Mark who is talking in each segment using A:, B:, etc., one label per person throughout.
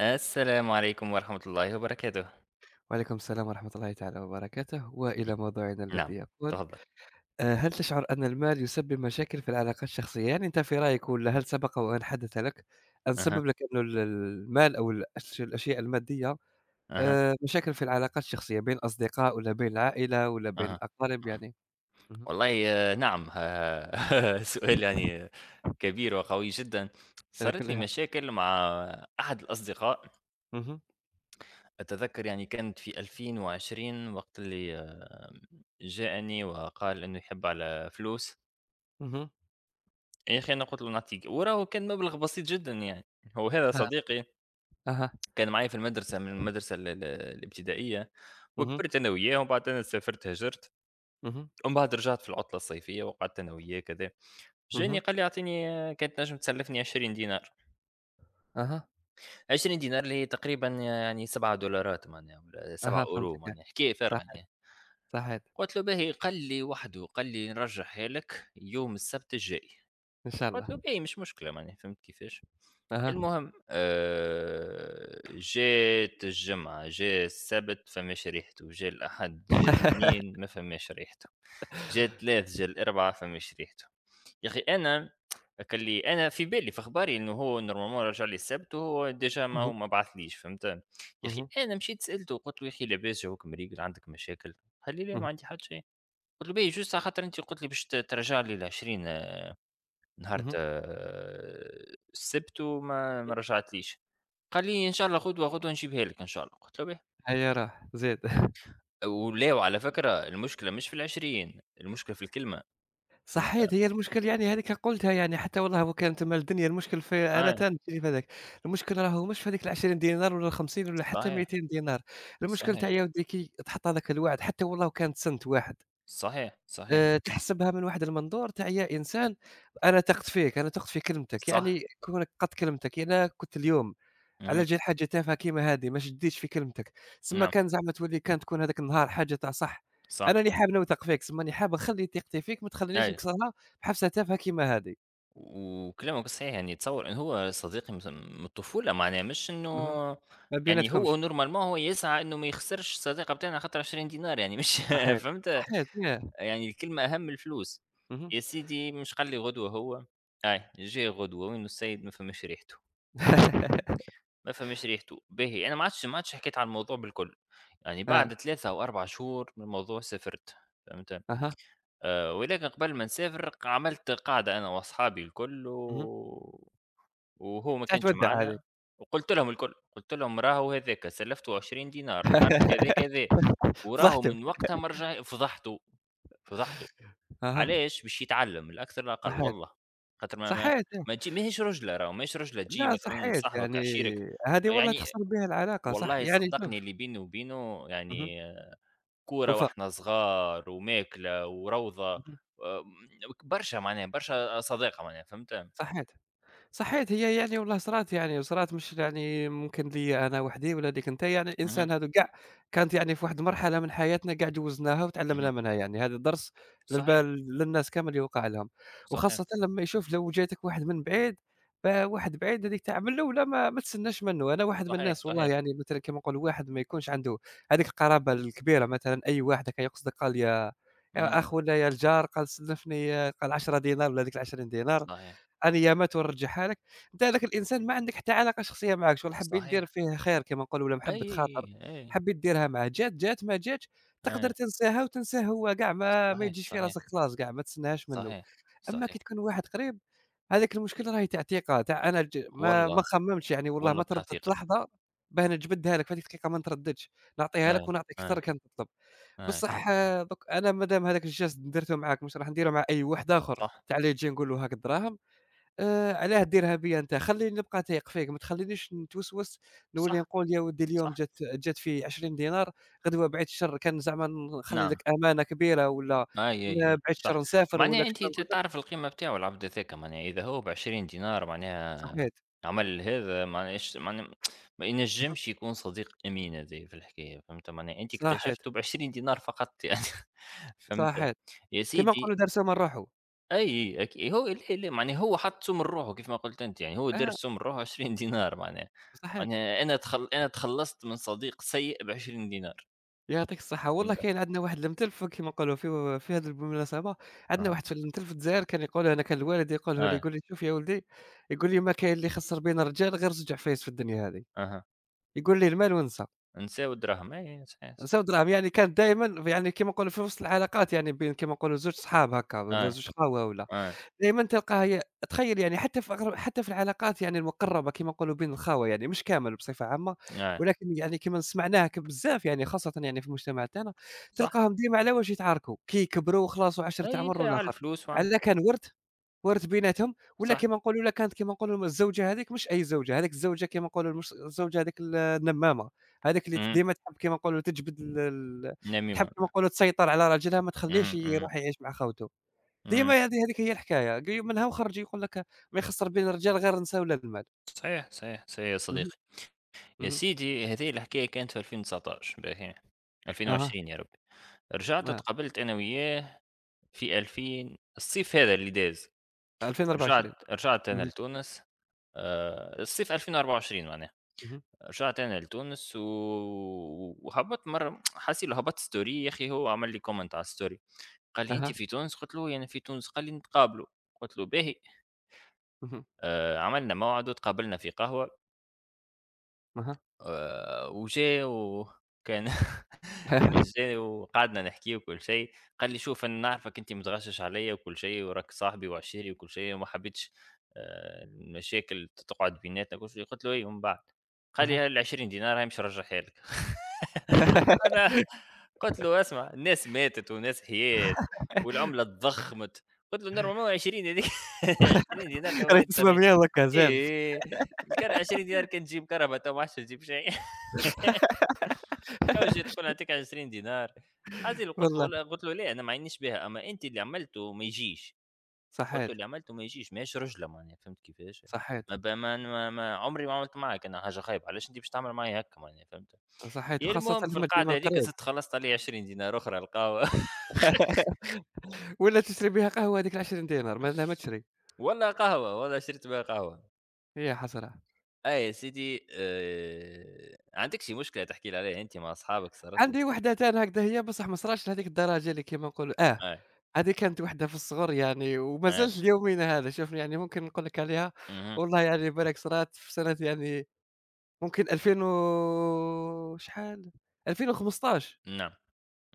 A: السلام عليكم ورحمة الله وبركاته.
B: وعليكم السلام ورحمة الله تعالى وبركاته
A: إي.
B: وإلى موضوعنا
A: نعم،
B: الذي يقول
A: تفضل.
B: هل تشعر أن المال يسبب مشاكل في العلاقات الشخصية؟ يعني أنت في رأيك ولا هل سبق وأن حدث لك أن
A: أها،
B: سبب لك أنه المال أو الأشياء المادية،
A: أها،
B: مشاكل في العلاقات الشخصية بين الأصدقاء ولا بين العائلة ولا بين
A: أها،
B: الأقارب
A: أها.
B: يعني. مهم.
A: والله آه، نعم. سؤال يعني كبير وقوي جدًا.
B: على
A: صارت لي
B: كلها.
A: مشاكل مع أحد الأصدقاء،
B: مهم.
A: أتذكر يعني كانت في 2020 وقت اللي جاءني وقال إنه يحِب على فلوس،
B: مهم.
A: يا أخي أنا قُلت له نعطيك وراه كان مبلغ بسيط جدًا يعني، هو هذا
B: ها،
A: صديقي
B: أها.
A: كان معايا في المدرسة من المدرسة ال الابتدائية،
B: مهم.
A: وكبرت أنا وياه ومن بعد أنا سافرت هاجرت،
B: مهم.
A: ومن بعد رجعت في العطلة الصيفية وقعدت أنا وياه كذا، جاني
B: مهم.
A: قال لي أعطيني كان تنجم تسلفني 20 دينار،
B: أها،
A: 20 دينار اللي هي تقريبًا يعني 7 دولارات معناها والّا
B: أها،
A: 7€
B: فهمتك.
A: معناها حكاية فارغة
B: صحيح.
A: يعني،
B: صحيح.
A: قلت له باهي قال لي وحده قال لي نرجعها لك يوم السبت الجاي،
B: إن شاء الله.
A: قلت له باهي مش مشكلة معناها فهمت كيفاش؟
B: أها.
A: المهم جات الجمعة، جا السبت فماش ريحته، جا الأحد، جا الاثنين ما فماش ريحته، جا الثلاث، جا الأربعة فماش ريحته. يا أخي أنا هاكا اللي أنا في بالي في أخباري إنه هو نورمالمون راجع لي السبت وهو ديجا
B: مهم.
A: ما بعثليش فهمت، يا أخي
B: مهم.
A: أنا مشيت سألته قُلت له: "يا أخي لاباس جوّك مريقل عندك مشاكل؟" قال لي: "لا ما
B: مهم.
A: عندي حتى شي." قُلت له: "باهي جوست على خاطر أنت قُلت لي باش ترجع لي ال20 نهار
B: مهم.
A: آه، السبت وما ما رجعتليش." خلّيه إن شاء الله قدوة، قدوة نجيبها لك إن شاء الله، قُلت له باهي.
B: هيا راه زيد.
A: ولا وعلى فكرة المشكلة مش في ال20، المشكلة في الكلمة، فهمت؟
B: صحيت، هي المشكل يعني هاذيك قُلتها، يعني حتى والله هو كان تما الدنيا، المشكل في أنا
A: آه،
B: تنمشي في هذاك، المشكل راهو مش في هاذيك ال20 دينار ولا ال50 ولا حتى
A: صحيح،
B: 200 دينار، المشكل تاع
A: صحيح،
B: يا ودي كي تحط هذاك الوعد حتى والله كانت سنت واحد.
A: صحيح، صحيح،
B: تحسبها من واحد المنظور تاع يا إنسان، أنا ثقت فيك، أنا ثقت في كلمتك،
A: صح،
B: يعني كونك قَدْ كلمتك، يعني أنا كنت اليوم على
A: اهم،
B: جال حاجة تافهة كيما هذه ما شديتش في كلمتك، تسمى
A: نعم،
B: كان زعما تولي كان تكون هذاك النهار حاجة تاع صح.
A: صح،
B: أنا اللي حاب نوثق فيك، تسمى راني حاب نخلي ثقتي فيك ما تخلينيش
A: أيوه.
B: نكسرها بحفسة تافهة كيما هذه.
A: وكلامك صحيح، يعني تصوّر إن هو صديقي مث من الطفولة معناه مش إنه
B: اهم. ما
A: يعني
B: بيناتكمش.
A: هو normalement هو يسعى إنه ما يخسرش الصديقة بتاعنا خاطر 20 دينار يعني مش،
B: صحيت.
A: فهمت؟
B: صحيت ياه.
A: يعني الكلمة أهم من الفلوس،
B: اهم.
A: يا سيدي مش خلّي غدوة هو أي جه غدوة وين السيد ما فهمش ريحته، ما فهمش ريحته، باهي أنا ما عادش حكيت عن الموضوع بالكل، يعني
B: آه.
A: بعد 3 أو 4 شهور من الموضوع سافرت فهمت،
B: أها.
A: ولكن قبل ما نسافر عملت قاعدة أنا وأصحابي الكل
B: اهم.
A: و وهو ما
B: تاع
A: كانش
B: تودّع هذه.
A: معانا وقُلت لهم الكل، قُلت لهم راهو هذاك سلفته 20 دينار نهار كذا كذا، وراهو
B: فضحته.
A: من وقتها ما رجع فضحته، فضحته.
B: أها.
A: علاش؟ باش يتعلّم من الأكثر للأقل
B: صحيت.
A: والله، خاطر ما ما
B: صحيت آه.
A: ما تجي ماهيش رُجلة راهو ماهيش رُجلة تجي
B: لا،
A: مثلًا
B: صحيت
A: صاحبك
B: يعني
A: عشيرك
B: هذه والله
A: يعني.
B: تخسر بها العلاقة، صح،
A: والله
B: يعني
A: صدّقني
B: شوف.
A: اللي بيني وبينه
B: اهم.
A: يعني كورة
B: وفاء.
A: وإحنا صغار وماكلة وروضة،
B: اهم.
A: برشا معناها برشا صداقة معناها فهمت؟
B: صحيت. صحيت هي يعني والله صرات يعني، وصرات مش يعني ممكن ليّا أنا وحدي ولا ليك أنت، يعني
A: اهم،
B: الإنسان هاذو كاع كانت يعني في واحد المرحلة من حياتنا كاع جوزناها وتعلمنا
A: اهم،
B: منها يعني، هذا درس
A: صحيح،
B: للبال للناس كامل يوقع لهم،
A: صحيح،
B: وخاصةً لمّا يشوف لو جاتك واحد من بعيد، فواحد بعيد هذيك تاع من الأولى ما تسناش منه، أنا واحد من
A: صحيح،
B: الناس والله
A: صحيح،
B: يعني مثلًا كيما نقولوا واحد ما يكونش عنده هذيك القرابة الكبيرة مثلًا أي واحد هكا يقصدك قال يا
A: اهم،
B: يا أخ ولا يا الجار قال سلفني قال 10 دينار ولا هذيك ال20 دينار
A: صحيح،
B: أنيامات ونرجعها لك، أنت هذاك الإنسان ما عندك حتى علاقة شخصية معاك، شغل حبيت دير
A: صحيح،
B: فيه خير كما نقولوا ولا
A: أي،
B: محبة خاطر،
A: أي،
B: حبيت ديرها معاه، جات جات، ما جاتش تقدر
A: أي،
B: تنساها وتنساه هو كاع ما
A: صحيح،
B: يجيش في
A: صحيح،
B: راسك خلاص كاع ما تسناهاش منه.
A: صحيح،
B: أما
A: صحيح،
B: كي تكون واحد قريب هذاك المشكل راهي تاع ثقة، تاع أنا ما
A: والله،
B: خممتش يعني والله
A: والله
B: ما
A: بتاع
B: ترددت
A: ثقة،
B: لحظة باه نجبدها لك في هذيك الدقيقة ما نترددش، نعطيها
A: أي،
B: لك ونعطيك أكثر
A: أي،
B: كان تطلب.
A: أي.
B: بصح آه، دوك أنا مادام هذاك الجاست درته معاك مش راح نديره مع أي واحد آخر،
A: صح،
B: تاع اللي يجي نقول له هاك الدراهم. علاه ديرها بيا أنت، خلّيني نبقى تايق فيك، ما تخلّينيش نتوسوس نولي
A: صح،
B: نقول يا ودي اليوم
A: صح،
B: جات جات في 20 دينار، غدوة بعيد الشر كان زعما نخلّي
A: نعم،
B: لك أمانة كبيرة والّا
A: أي، أي، أي،
B: بعيد
A: صح،
B: الشر نسافر
A: معناها
B: والّا
A: أنتِ
B: كيفاش نقول لك.
A: تعرف القيمة بتاعه العبد هاذاك معناها إذا هو ب20 دينار معناها
B: صحيت.
A: عمل هذا معناها اش معناها ما
B: اهم.
A: ينجمش يكون صديق أمين هذايا في الحكاية، فهمت، معناها أنتِ
B: صحيت.
A: اكتشفته ب20 دينار فقط يعني. فهمت،
B: صحيت.
A: يا
B: كيما
A: سيدي
B: نقولوا دارسو من روحو.
A: أي أك هو لا، لا، معناها هو حط سم لروحه كيف ما قلت أنت، يعني هو دار
B: آه.
A: سم لروحه 20 دينار معناها،
B: صحيت.
A: معناها أنا تخلصت من صديق سيء ب20 دينار،
B: يعطيك الصحة. والله
A: فهمت،
B: كاين عندنا واحد المتلفظ كيما نقولوا في هذه المناسبة، عندنا
A: أها،
B: واحد في المتلفظ في الجزائر كان يقولها، أنا كان الوالد يقوله لي،
A: أي،
B: يقول لي: "شوف يا ولدي"، يقول لي: "ما كاين اللي يخسر بين الرجال غير زوج عفايس في الدنيا هذه."
A: أها.
B: يقول لي: "المال ونسى،
A: نساو الدراهم، أي صحيح،
B: نسى
A: صحيح.
B: ودراهم." يعني كان دايمًا يعني كيما نقولوا في وسط العلاقات يعني بين كيما نقولوا زوج صحاب هكا، والّا
A: أي،
B: زوج خاوة والّا
A: أي،
B: دايمًا تلقاها هي، تخيّل يعني حتى في أغلب حتى في العلاقات يعني المقرّبة كما نقولوا بين الخاوة يعني مش كامل بصفة عامة،
A: أي،
B: ولكن يعني كما سمعناها بزاف يعني خاصةً يعني في المجتمع تاعنا،
A: صح،
B: تلقاهم ديما على واش يتعاركوا، كي يكبروا وخلاص وعشرة
A: أي
B: عمر
A: لا على
B: والآخر،
A: الفلوس وعلى
B: على
A: النساء،
B: كان وِرْد بيناتهم والّا
A: صح،
B: كما نقولوا لا كانت كما نقولوا الزوجة هذيك مش أي زوجة، هذيك الزوجة كما نقولوا المش الزوجة هذيك النمّامة، هذيك اللي
A: اهم،
B: ديما تحب كما نقولوا تجبد ال ال تحب
A: نميمة،
B: كما نقولوا تسيطر على راجلها ما تخلّيهش
A: اهم، اهم،
B: يروح يعيش مع خاوته.
A: اهم،
B: ديما هذه هذيك هي الحكاية، منها وخرج يقول لك ما يخسر بين الرجال غير النساء ولا المال.
A: صحيح، صحيح، صحيح يا
B: اهم.
A: صديقي. يا
B: اهم.
A: سيدي هذه الحكاية كانت في 2019 باهي،
B: أها.
A: 2020 يا ربي، رجعت اتقابلت أنا وياه في 2000 الصيف هذا اللي داز،
B: آه. 2024.
A: رجعت أنا
B: اهم.
A: لتونس. الصيف 2024 معناها.
B: اهم.
A: رجعت أنا لتونس و وهبّط مرّة حاسس اللي هبطت story، يا أخي هو عمل لي comment على الstory. قال لي: "أنتِ
B: أها.
A: في تونس؟" قُلت له: "أنا في تونس." قال لي: "نتقابلوا." قُلت له: "باهي."
B: اهم.
A: عملنا موعد وتقابلنا في قهوة.
B: أها.
A: وجا وكان. جا وقعدنا نحكي وكل شيء، قال لي: "شوف أنا نعرفك أنت متغشّش عليَّ وكل شيء وراك صاحبي وعشيري وكل شيء وما حبيتش المشاكل تقعد بيناتنا" وكل شيء، قلت له: "إي ومن بعد؟" قال لي:
B: أها.
A: "ها ال20 دينار هاهم باش نرجعها لك." أنا قلت له: "اسمع الناس ماتت وناس حيات
B: راهي.
A: والعملة تضخّمت." قلت له: "Normalement 20 هاذيك 20 دينار تولي
B: تسمع
A: 70."
B: مليح ضكا زاد.
A: إيه، كان 20 دينار كنجيب كرهبة وما عرفتش نجيب شي. أو جا تقول نعطيك 20 دينار، عاطيني قلت له
B: والله.
A: والله، قلت له ليه أنا ما عينيش بها، أما أنت اللي عملته ما يجيش، قلت له
B: صحيت.
A: اللي عملته ما يجيش ماهيش رجلة معناها فهمت كيفاش؟
B: صحيت.
A: ما عمري ما عملت معاك أنا حاجة خايبة، علاش أنت باش تعمل معايا هاكا معناها فهمت؟
B: صحيت
A: يا
B: وخاصة
A: المهم في
B: لمّا تجي من
A: القعدة هاذيك
B: قريب.
A: زدت خلصت عليه 20 دينار أخرى القهوة.
B: ولا تشري بها قهوة، هذيك ال20 دينار مالها ما تشري،
A: والله قهوة، والله شريت بها قهوة،
B: هي حسرة.
A: أي يا سيدي عندك شي مشكلة تحكي لي عليها أنت مع أصحابك صارت
B: عندي
A: لك؟
B: وحدة تاني هكذا، هي بصح ما صراتش لهذيك الدرجة اللي كيما نقولوا آه.
A: آه،
B: هذه كانت وحدة في الصغر يعني وما
A: آه،
B: زالت ليومنا هذا، شوف يعني ممكن نقول لك عليها.
A: اهم.
B: والله يعني بالك صرات في سنة يعني ممكن 2000 و شحال، 2015،
A: نعم،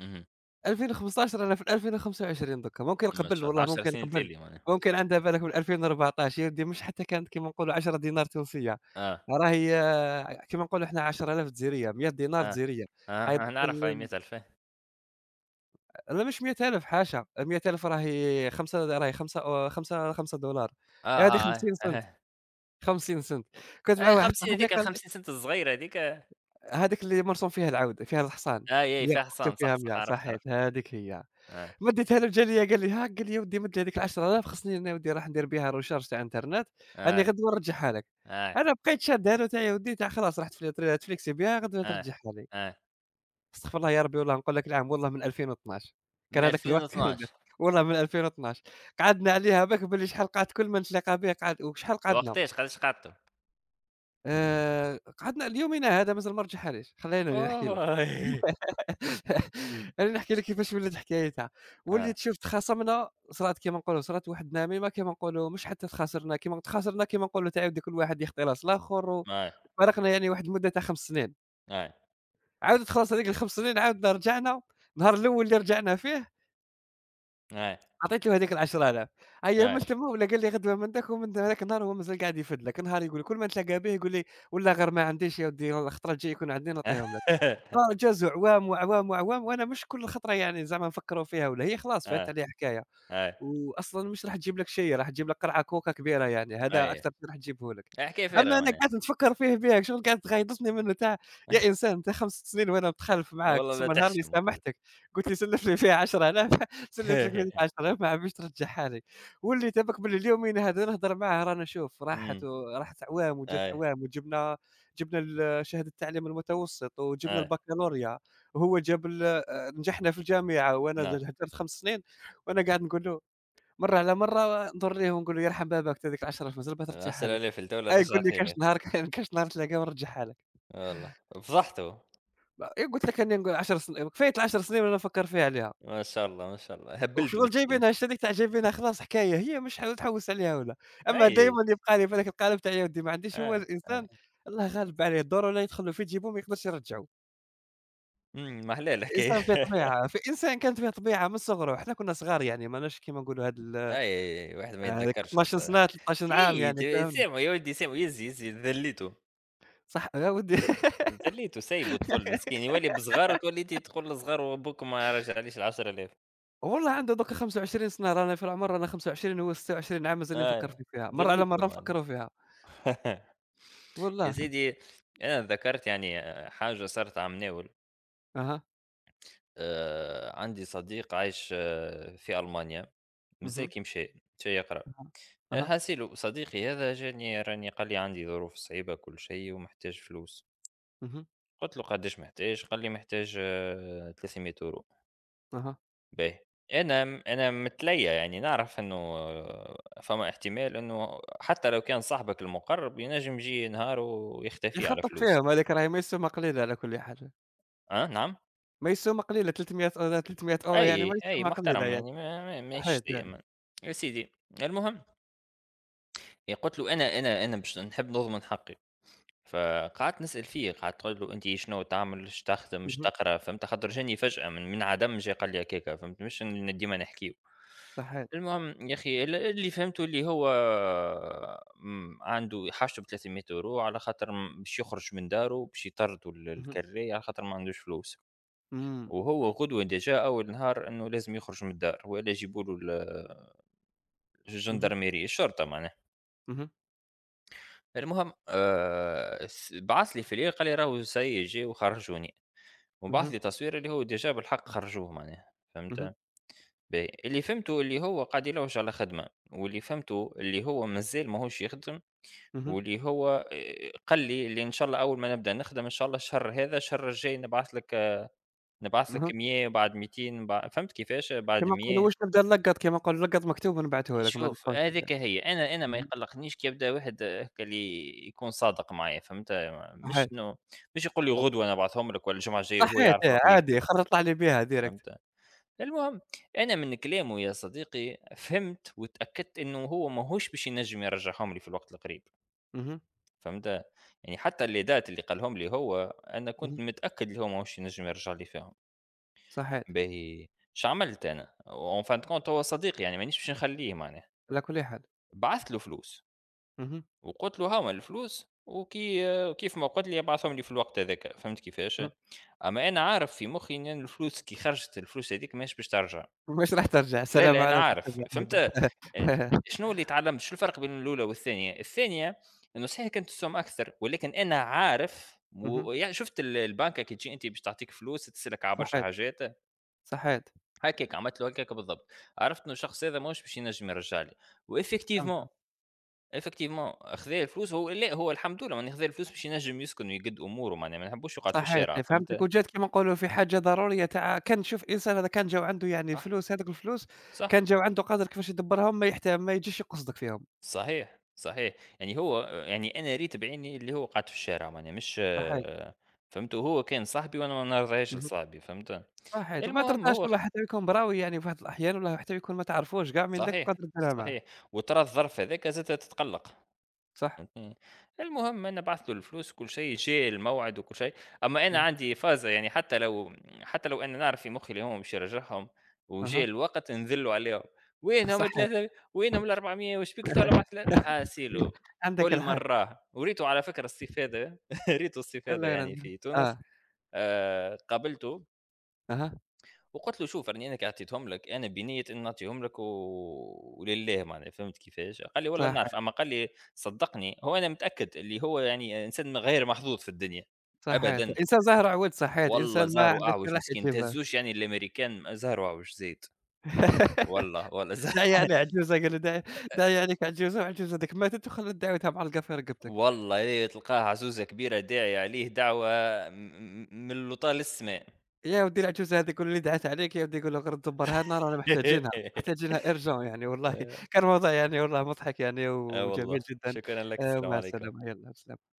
A: اهم،
B: 2015، أنا في ال2025 دوكا، ممكن
A: ما
B: قبل
A: شاء الله
B: والله
A: 10
B: ممكن
A: سنين
B: قبل،
A: التالية معناها،
B: ممكن عندها بالك من 2014. يا ودي مش حتى كانت كيما نقولوا 10 دينار تونسية،
A: آه،
B: راهي آه، كيما نقولوا إحنا 10,000 جزيرية، 100 دينار
A: آه،
B: جزيرية،
A: آه،
B: هاي
A: آه،
B: دوك
A: نعرف هاي 100,000،
B: لا، مش 100,000 حاشا، 100,000 راهي 5، راهي 5، 5$،
A: آه،
B: هذه
A: آه، آه،
B: 50 سنت،
A: أها،
B: 50 سنت. كنت مع
A: أي
B: واحد
A: 50
B: صاحبي
A: هاذيك
B: قال
A: ال50
B: لي
A: سنت الصغيرة هاذيك،
B: هذيك اللي مرسوم فيها العود، فيها الحصان،
A: أي، أي
B: 100
A: فيها
B: مكتوب
A: حصان صح،
B: فيها
A: صح
B: 100،
A: عرفت،
B: صحيت
A: عرفت،
B: هذيك هي.
A: أي،
B: مديتها له جا ليا قال لي ها، قال لي يا ودي مد لي هذيك ال10,000 خصني أنا ودي راح ندير بها recharge تاع انترنت، راني
A: أي،
B: غدوة نرجعها لك.
A: أي،
B: أنا بقيت شادها له حتى هي يا ودي تاع خلاص رحت فل نتفليكسي بها غدوة
A: أي،
B: ترجعها لي.
A: أي،
B: أستغفر الله يا ربي، والله نقول لك العام والله من 2012،
A: من
B: كان هذاك الوقت كان
A: 2012.
B: يدير، والله من 2012 قعدنا عليها باك بلي شحال قعدت كل ما نتلاقى به قعد وشحال قعدنا.
A: وقتاش قداش قعدتوا؟
B: قعدنا ليومنا هذا مازال ما رجعهاليش، خليني أنا نحكي لك.
A: أوه!
B: أنا نحكي لك كيفاش ولات حكايتها.
A: آه،
B: وليت شُفت خاصمنا صرات كيما نقولوا صرات واحد النميمة كيما نقولوا مش حتى تخاسرنا، كيما تخاسرنا كيما نقولوا تعاود كل واحد يخطي راس الآخر
A: أي،
B: وفارقنا يعني واحد المدة تاع 5 سنين،
A: أي،
B: عاودت خلاص هذيك ال5 سنين عاودنا رجعنا، النهار الأول اللي رجعنا فيه
A: أي، أي،
B: عطيت له هذيك ال10,000، هيا
A: أي،
B: ملتمه ولا قال لي غدوه منتك، ومن هذاك النهار هو مازال قاعد يفد لك، نهار يقول كل ما نتلاقى به يقول لي: "والله غير ما عنديش يا ودي، الخطره الجايه يكون عندي نعطيهم لك." فجازوا أعوام، وأعوام، وأعوام وأنا مش كل خطره يعني زعما نفكروا فيها ولا هي خلاص فاتت عليها حكايه.
A: أي،
B: وأصلًا مش راح تجيب لك شي، راح تجيب لك قرعة كوكا كبيرة يعني، هذا
A: أي،
B: أكتر شي راح تجيبه لك.
A: حكاية فارغة
B: أمّا أنا
A: معناها،
B: قعدت نتفكّر فيه بيها، شغل قعدت تغيظتني منه تاع يا إنسان أنت 5 سنين وأنا متخلف معاك،
A: والله لا
B: ثم نهار اللي
A: تحشم الكل،
B: سامحتك قُلت لي سلّف لي فيها 10,000، سلّفت لك فيها 10,000 ما عادش ترجعها لي، واللي تبك باللي اليومين هذا نهضر معاه رانا شوف، راحت
A: إمم،
B: و راحت أعوام وجات
A: أي،
B: أعوام وجبنا جبنا شهادة التعليم المتوسط وجبنا
A: أي،
B: البكالوريا وهو جاب نجحنا في الجامعة وأنا
A: نعم.
B: هدرت 5 سنين وأنا قاعد نقول له مرة على مرة نضر ليه ونقول له يرحم باباك تا هذيك ال10 فلوس ربح ترجعها
A: العسل
B: لي،
A: عليه في الجولة
B: آه يقول
A: رجعت
B: لي كاش
A: لك،
B: نهار كاش نهار تلاقاها ونرجعها لك،
A: والله فضحته.
B: إيه قلت لك راني نقول 10 كفاية ال10 سنين وأنا نفكر فيها عليها،
A: ما شاء الله، ما شاء الله هبلته
B: وشغل
A: مسكين.
B: جايبينها هذيك تاع جايبينها خلاص حكاية هي مش حاول تحوس عليها ولا،
A: اي،
B: أما
A: اي،
B: دايمًا يبقى لي في هذاك القالب تاع يا ودي ما عنديش، هو
A: آه، آه.
B: الإنسان الله غالب عليه الدور ولا يدخل له في جيبه ما يقدرش يرجعه.
A: امم، ما احلى الحكايه.
B: الإنسان فيه طبيعة، في إنسان كانت فيه طبيعة من صغره، حنا كنا صغار يعني ماناش كيما نقولوا هاد ال آه،
A: اي، أي، واحد ما
B: هذيك
A: يتذكرش
B: 12
A: حتى.
B: سنة 13 عام يعني فهمني،
A: سامو يا ولدي سامو، يزي يزي ذليته،
B: صح يا ودي.
A: ذليته سايبه طفل مسكين يولي بصغار وتولي تقول له صغار وابوك ما رجعليش ال 10000
B: والله عنده دوكا 25 سنة، رانا في العمر رانا 25 وهو 26 عام، مازالني نفكّر
A: اي
B: فيها، مرّة على
A: ذليته
B: مرّة
A: مان.
B: نفكّروا فيها،
A: يا
B: والله.
A: سيدي انا ذكرت يعني حاجه صارت عم ناول.
B: أها.
A: عندي صديق عايش آه، في ألمانيا، مازال
B: اهم.
A: كي مشى، مشى يقرا،
B: أها. أها.
A: الحاصل صديقي هذا جاني راني قال لي عندي ظروف صعيبة كل شيء ومحتاج فلوس،
B: اهم.
A: قُلت له قداش محتاج؟ قال لي محتاج 300€،
B: أها.
A: باهي، أنا متليّى يعني نعرف إنه آه، فما احتمال إنه حتى لو كان صاحبك المقرب ينجم ييجي نهار ويختفي على
B: يخبطك
A: فلوس،
B: فيهم هاذيك راهي ما يسمى قليلة على كل حال،
A: آه، نعم،
B: ما يسمى قليلة 300 أو 300€ يعني
A: أي،
B: ما
A: أي
B: يسمى قليلة
A: محترم
B: يعني.
A: يعني ما ما ماهيش
B: صحيت آه.
A: شيء. يا سيدي، المهم هي قُلت له أنا باش نحب نضمن حقي، فقعدت نسأل فيه، قعدت تقول له: "أنتِ شنو تعمل؟ اش تخدم، اش
B: اهم.
A: تقرا؟" فهمت، خاطر جاني فجأة من عدم جه قال لي هكاكا فهمت، مش إن ديما نحكيو.
B: صحيت.
A: المهم يا أخي اللي فهمته اللي هو عنده حاجته ب 300€ على خاطر باش يخرج من داره، باش يطردوا
B: اهم.
A: الكرية على خاطر ما عندوش فلوس،
B: إمم.
A: وهو غدوة ديجا أول نهار إنه لازم يخرج من الدار، وإلا يجيبوا له ال
B: اهم.
A: الجندرميرية، الشرطة معناها.
B: اهم.
A: المهم س بعث لي فيليه قال لي راهو سي جه وخرجوني، وبعث
B: اهم.
A: لي تصوير اللي هو ديجا بالحق خرجوه معناها
B: اهم.
A: فهمت؟ باهي، اللي فهمته اللي هو قاعد يلوج على خدمة، واللي فهمته اللي هو مازال ماهوش يخدم،
B: اهم.
A: واللي هو قال لي اللي إن شاء الله أول ما نبدأ نخدم إن شاء الله الشهر هذا الشهر الجاي نبعث لك
B: اهم.
A: 100 بعد 200 فهمت كيفاش؟ بعد
B: كيما نقولوا واش
A: 100.
B: نبدا نلقّط، كيما نقول نلقّط مكتوب ونبعثه لك ما
A: شوف
B: ندخلش هكذا.
A: هاذيك هي، أنا ما
B: اهم.
A: يقلّقنيش كي يبدا واحد هاكا اللي يكون صادق معايا فهمت، مش
B: صحيت.
A: إنه مش يقول لي غدوة أنا نبعثهم لك والّا الجمعة الجاية وهو
B: صحيت
A: يعرف
B: آه،
A: روحه يكذب
B: عادي خرّج طلع لي بها direct.
A: فهمت، المهم أنا من كلامه يا صديقي فهمت واتأكدت إنه هو ماهوش باش ينجم يرجعهم لي في الوقت القريب
B: اهم.
A: فهمت، يعني حتى اللي دات اللي قالهم لي هو أنا كنت
B: اهم.
A: متأكد اللي هو ماهوش ينجم يرجع لي فيهم،
B: صحيح.
A: باهي اش عملت أنا؟ وen fin de compte هو صديقي يعني مانيش باش نخليه معناها،
B: على كل حال.
A: بعثت له فلوس.
B: اهم.
A: وقلت له هاهما الفلوس كيف ما قلت لي ابعثهم لي في الوقت هذاك فهمت كيفاش.
B: اهم.
A: اما انا عارف في مخي ان أنا الفلوس كي خرجت الفلوس هذيك ماهيش باش ترجع.
B: مش راح ترجع،
A: لا
B: السلام
A: لا انا
B: عليكم
A: عارف
B: ترجع
A: فهمت.
B: أبدا.
A: آه، شنو اللي تعلمت شو الفرق بين الاولى والثانيه. الثانيه انه صحيح كانت السوم اكثر ولكن انا عارف
B: اهم.
A: و... يعني شفت البنكه كي تجي انت باش تعطيك فلوس تسالك على برشا
B: صحيت.
A: حاجات،
B: صحيت.
A: هكاك عملت له هكاك بالضبط. عرفت انه الشخص هذا ماهوش باش ينجم يرجع لي وافكتيفمون،
B: فهمتك.
A: إفكتيفمون خذا الفلوس. هو لأ، هو الحمد لله معناها خذا الفلوس باش ينجم يسكن ويقد أموره معناها، ما نحبوش يقعد في
B: صحيت.
A: الشارع
B: فهمتك
A: فهمت؟
B: وجات كيما نقولوا في حاجة ضرورية تاع كان تشوف إنسان هذا كان جاو عنده يعني
A: صح.
B: الفلوس هذوك الفلوس كان
A: صح،
B: جاو عنده قادر كيفاش يدبّرهم ما يحت ما يجيش يقصدك فيهم.
A: صحيح، صحيح، يعني هو يعني أنا ريت بعيني اللي هو قعد في الشارع معناها مش
B: صحيت.
A: فهمت؟ وهو كان صاحبي وأنا ما نرضاهاش
B: اهم.
A: لصاحبي فهمت؟
B: صحيت وما
A: المهم
B: ترضاش
A: هو
B: والله حتى يكون براوي يعني في واحد الأحيان والله حتى يكون ما تعرفوش كاع من داك
A: صحيح،
B: وقادر تديرها معاه.
A: صحيح، وترى الظرف هذاك زادة تتقلق.
B: صح؟
A: إمم. المهم أنا بعت له الفلوس وكل شيء، جه الموعد وكل شيء، أمّا أنا
B: اهم.
A: عندي فازة يعني حتى لو أنا نعرف في مخي اللي هو مش يرجعهم وجه
B: أها.
A: الوقت نذلّوا عليهم، وينهم
B: صحيت.
A: ال300، وينهم ال400 وش بيك تو بعت ل حاسيله.
B: عندك
A: كل
B: الحق.
A: مرّة، وريته على فكرة الصيف هذا. ريته الصيف
B: الله
A: هذا يعني
B: يرضى.
A: في تونس،
B: آه.
A: قابلته
B: أها.
A: وقلت له شوف راني انا كي عطيتهم لك انا بنيه اني نعطيهم لك و... ولله معناها فهمت كيفاش، قال لي والله نعرف
B: صحيت.
A: اما قال لي صدقني. هو انا متاكد اللي هو يعني انسان غير محظوظ في الدنيا
B: صحيت.
A: ابدا،
B: إنسان زهر عويط، صحيت،
A: والله
B: إنسان ما
A: زهره
B: عندوش
A: اعوج
B: ملاح
A: مسكين
B: يجيبها.
A: تهزوش يعني الامريكان زهره اعوج زيد، والله والله زهر.
B: داعية عليه عجوزة قال له داعي، داعية عليك عجوزة وعجوزة هاذيك ماتت وخلّت دعوتها معلقة في رقبتك.
A: والله إيه، تلقاه عزوزه كبيره داعي عليه دعوه من اللوطا للسماء.
B: يا ودي العجوزة هاذيك واللي دعت عليك يا ودي قُل له غير دبّرها لنا رانا محتاجينها، محتاجينها urgent يعني والله.
A: آه،
B: كان موضوع يعني والله مضحك يعني
A: آه
B: وجميل
A: والله
B: جدًا.
A: شكرا لك، السلام
B: ومع
A: عليكم.
B: السلامة، يالّا بالسلامة.